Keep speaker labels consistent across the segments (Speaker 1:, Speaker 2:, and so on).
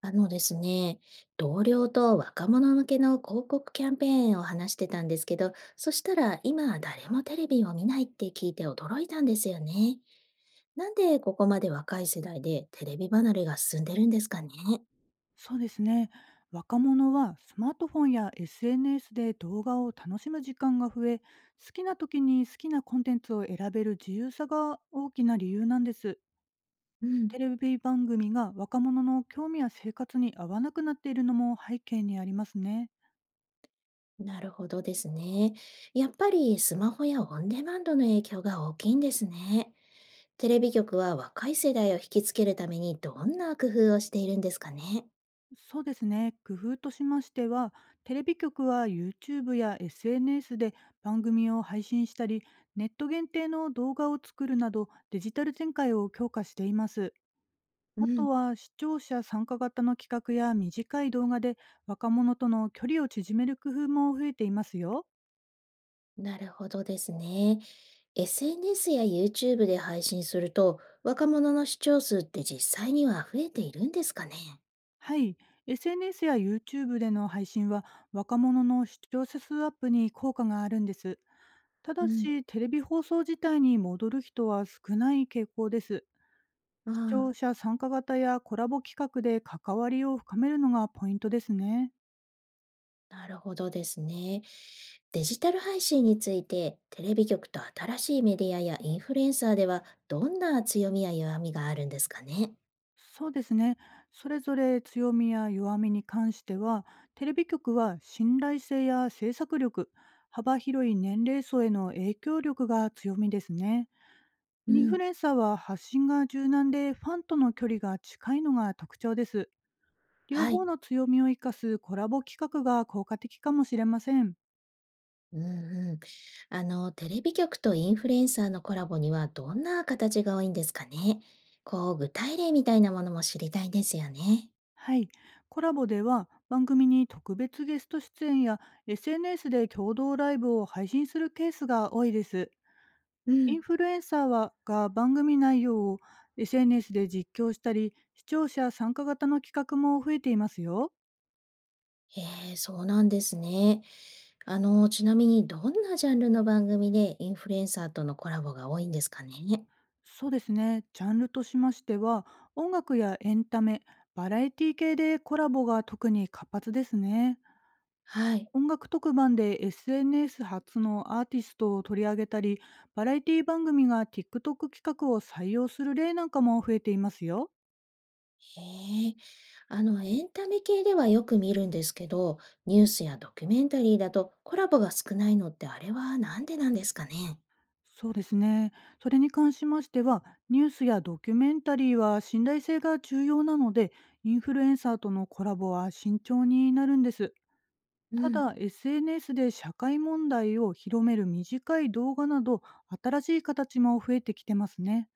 Speaker 1: あのですね、同僚と若者向けの広告キャンペーンを話してたんですけど、そしたら今誰もテレビを見ないって聞いて驚いたんですよね。なんでここまで若い世代でテレビ離れが進んでるんですかね。
Speaker 2: そうですね。若者はスマートフォンや SNS で動画を楽しむ時間が増え、好きな時に好きなコンテンツを選べる自由さが大きな理由なんです。
Speaker 1: うん、
Speaker 2: テレビ番組が若者の興味や生活に合わなくなっているのも背景にありますね。
Speaker 1: なるほどですね。やっぱりスマホやオンデマンドの影響が大きいんですね。テレビ局は若い世代を引きつけるためにどんな工夫をしているんですかね。
Speaker 2: そうですね。工夫としましては、テレビ局は YouTube や SNS で番組を配信したり、ネット限定の動画を作るなどデジタル展開を強化しています。
Speaker 1: う
Speaker 2: あと
Speaker 1: ん、
Speaker 2: は視聴者参加型の企画や短い動画で若者との距離を縮める工夫も増えていますよ。
Speaker 1: なるほどですね。SNS や YouTube で配信すると、若者の視聴数って実際には増えているんですかね
Speaker 2: はい。SNS や YouTube での配信は若者の視聴者数アップに効果があるんです。た
Speaker 1: う
Speaker 2: だ
Speaker 1: ん、
Speaker 2: し、テレビ放送自体に戻る人は少ない傾向です。
Speaker 1: あ
Speaker 2: 視
Speaker 1: あ、
Speaker 2: 聴者参加型やコラボ企画で関わりを深めるのがポイントですね。
Speaker 1: なるほどですね。デジタル配信について、テレビ局と新しいメディアやインフルエンサーでは、どんな強みや弱みがあるんですかね
Speaker 2: そうですね。それぞれ強みや弱みに関しては、テレビ局は信頼性や制作力、幅広い年齢層への影響力が強みですね。
Speaker 1: う
Speaker 2: イン
Speaker 1: ん、
Speaker 2: フルエンサーは発信が柔軟でファンとの距離が近いのが特徴です。両
Speaker 1: はい。
Speaker 2: 方の強みを生かすコラボ企画が効果的かもしれません。
Speaker 1: うんうん。あの、テレビ局とインフルエンサーのコラボにはどんな形が多いんですかね。こう、具体例みたいなものも知りたいですよね。
Speaker 2: はい。コラボでは番組に特別ゲスト出演や SNS で共同ライブを配信するケースが多いです。
Speaker 1: う
Speaker 2: イ
Speaker 1: ん。
Speaker 2: ンフルエンサーはが番組内容を SNS で実況したり、視聴者参加型の企画も増えていますよ。
Speaker 1: へえ、そうなんですね。あの、ちなみにどんなジャンルの番組でインフルエンサーとのコラボが多いんですかね？
Speaker 2: そうですね。ジャンルとしましては、音楽やエンタメ、バラエティ系でコラボが特に活発ですね。
Speaker 1: はい。
Speaker 2: 音楽特番で SNS 発のアーティストを取り上げたり、バラエティ番組が TikTok 企画を採用する例なんかも増えていますよ。
Speaker 1: へえ。あの、エンタメ系ではよく見るんですけど、ニュースやドキュメンタリーだとコラボが少ないのってあれはなんでなんですかね？
Speaker 2: そうですね。それに関しましては、ニュースやドキュメンタリーは信頼性が重要なので、インフルエンサーとのコラボは慎重になるんです。
Speaker 1: う
Speaker 2: た
Speaker 1: ん。
Speaker 2: だ、SNS で社会問題を広める短い動画など、新しい形も増えてきてますね。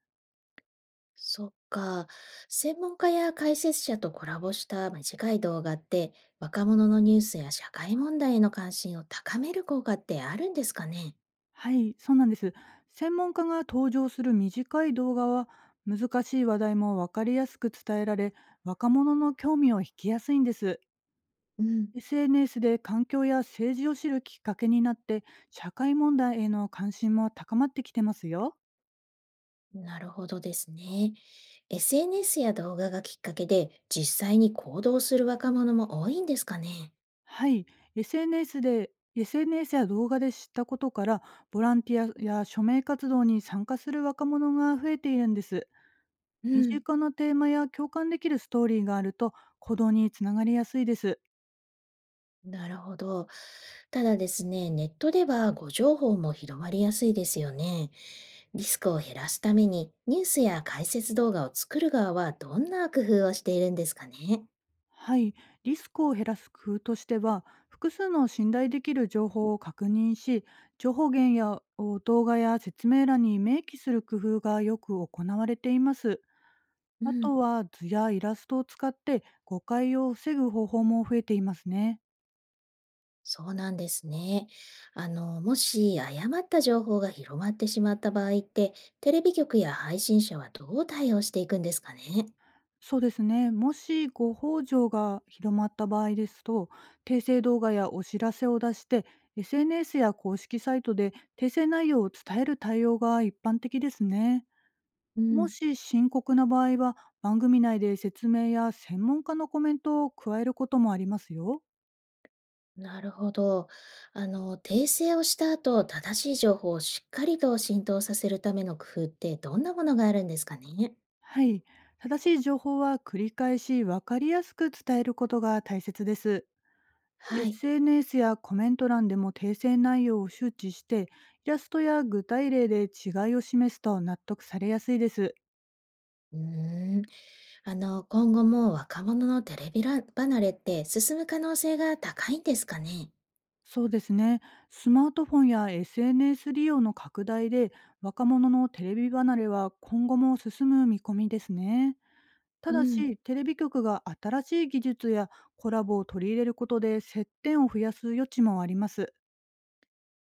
Speaker 1: そっか。専門家や解説者とコラボした短い動画って、若者のニュースや社会問題への関心を高める効果ってあるんですかね？
Speaker 2: はい、そうなんです。専門家が登場する短い動画は、難しい話題も分かりやすく伝えられ、若者の興味を引きやすいんです。
Speaker 1: うん。
Speaker 2: SNS で環境や政治を知るきっかけになって、社会問題への関心も高まってきてますよ。
Speaker 1: なるほどですね。SNS や動画がきっかけで実際に行動する若者も多いんですかね。
Speaker 2: はい、SNS や動画で知ったことからボランティアや署名活動に参加する若者が増えているんです。
Speaker 1: う
Speaker 2: 身
Speaker 1: ん、
Speaker 2: 近なテーマや共感できるストーリーがあると、行動につながりやすいです。
Speaker 1: なるほど。ただですね、ネットでは誤情報も広まりやすいですよね。リスクを減らすためにニュースや解説動画を作る側はどんな工夫をしているんですかね。
Speaker 2: はい、リスクを減らす工夫としては、複数の信頼できる情報を確認し、情報源やお動画や説明欄に明記する工夫がよく行われています。
Speaker 1: う
Speaker 2: あ
Speaker 1: ん。
Speaker 2: とは図やイラストを使って誤解を防ぐ方法も増えていますね。
Speaker 1: そうなんですね。あの、もし誤った情報が広まってしまった場合って、テレビ局や配信者はどう対応していくんですかね。
Speaker 2: そうですね。もし誤報状が広まった場合ですと、訂正動画やお知らせを出して、SNS や公式サイトで訂正内容を伝える対応が一般的ですね。
Speaker 1: う
Speaker 2: も
Speaker 1: ん、
Speaker 2: し深刻な場合は、番組内で説明や専門家のコメントを加えることもありますよ。
Speaker 1: なるほど。あの、訂正をした後、正しい情報をしっかりと浸透させるための工夫ってどんなものがあるんですかね。
Speaker 2: はい。正しい情報は繰り返し分かりやすく伝えることが大切です。
Speaker 1: はい。
Speaker 2: SNS やコメント欄でも訂正内容を周知して、イラストや具体例で違いを示すと納得されやすいです。
Speaker 1: うーん、あの、今後も若者のテレビら離れって進む可能性が高いんですかね。
Speaker 2: そうですね。スマートフォンや SNS 利用の拡大で、若者のテレビ離れは今後も進む見込みですね。た
Speaker 1: う
Speaker 2: だ
Speaker 1: ん
Speaker 2: し、テレビ局が新しい技術やコラボを取り入れることで接点を増やす余地もあります。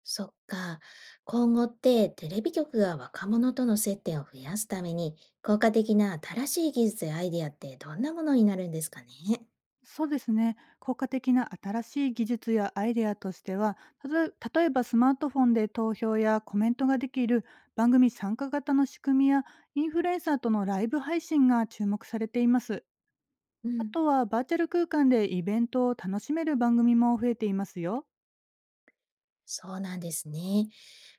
Speaker 1: そっか。今後ってテレビ局が若者との接点を増やすために効果的な新しい技術やアイデアってどんなものになるんですかね
Speaker 2: そうですね。効果的な新しい技術やアイデアとしては、たとえ例えばスマートフォンで投票やコメントができる番組参加型の仕組みやインフルエンサーとのライブ配信が注目されています。
Speaker 1: う
Speaker 2: あ
Speaker 1: ん、
Speaker 2: とはバーチャル空間でイベントを楽しめる番組も増えていますよ。
Speaker 1: そうなんですね。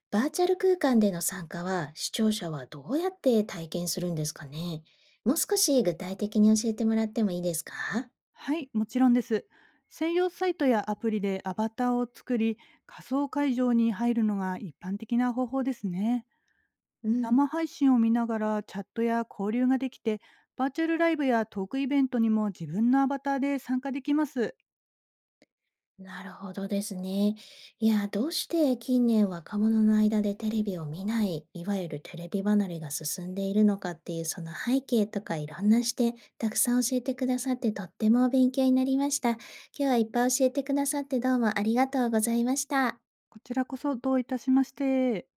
Speaker 1: バーチャル空間での参加は視聴者はどうやって体験するんですかね。もう少し具体的に教えてもらってもいいですか
Speaker 2: はい、もちろんです。専用サイトやアプリでアバターを作り、仮想会場に入るのが一般的な方法ですね。
Speaker 1: うん
Speaker 2: 生配信を見ながらチャットや交流ができて、バーチャルライブやトークイベントにも自分のアバターで参加できます。
Speaker 1: なるほどですね。いや、どうして近年若者の間でテレビを見ない、いわゆるテレビ離れが進んでいるのかっていうその背景とかいろんな視点、たくさん教えてくださってとっても勉強になりました。今日はいっぱい教えてくださってどうもありがとうございました。
Speaker 2: こちらこそどういたしまして。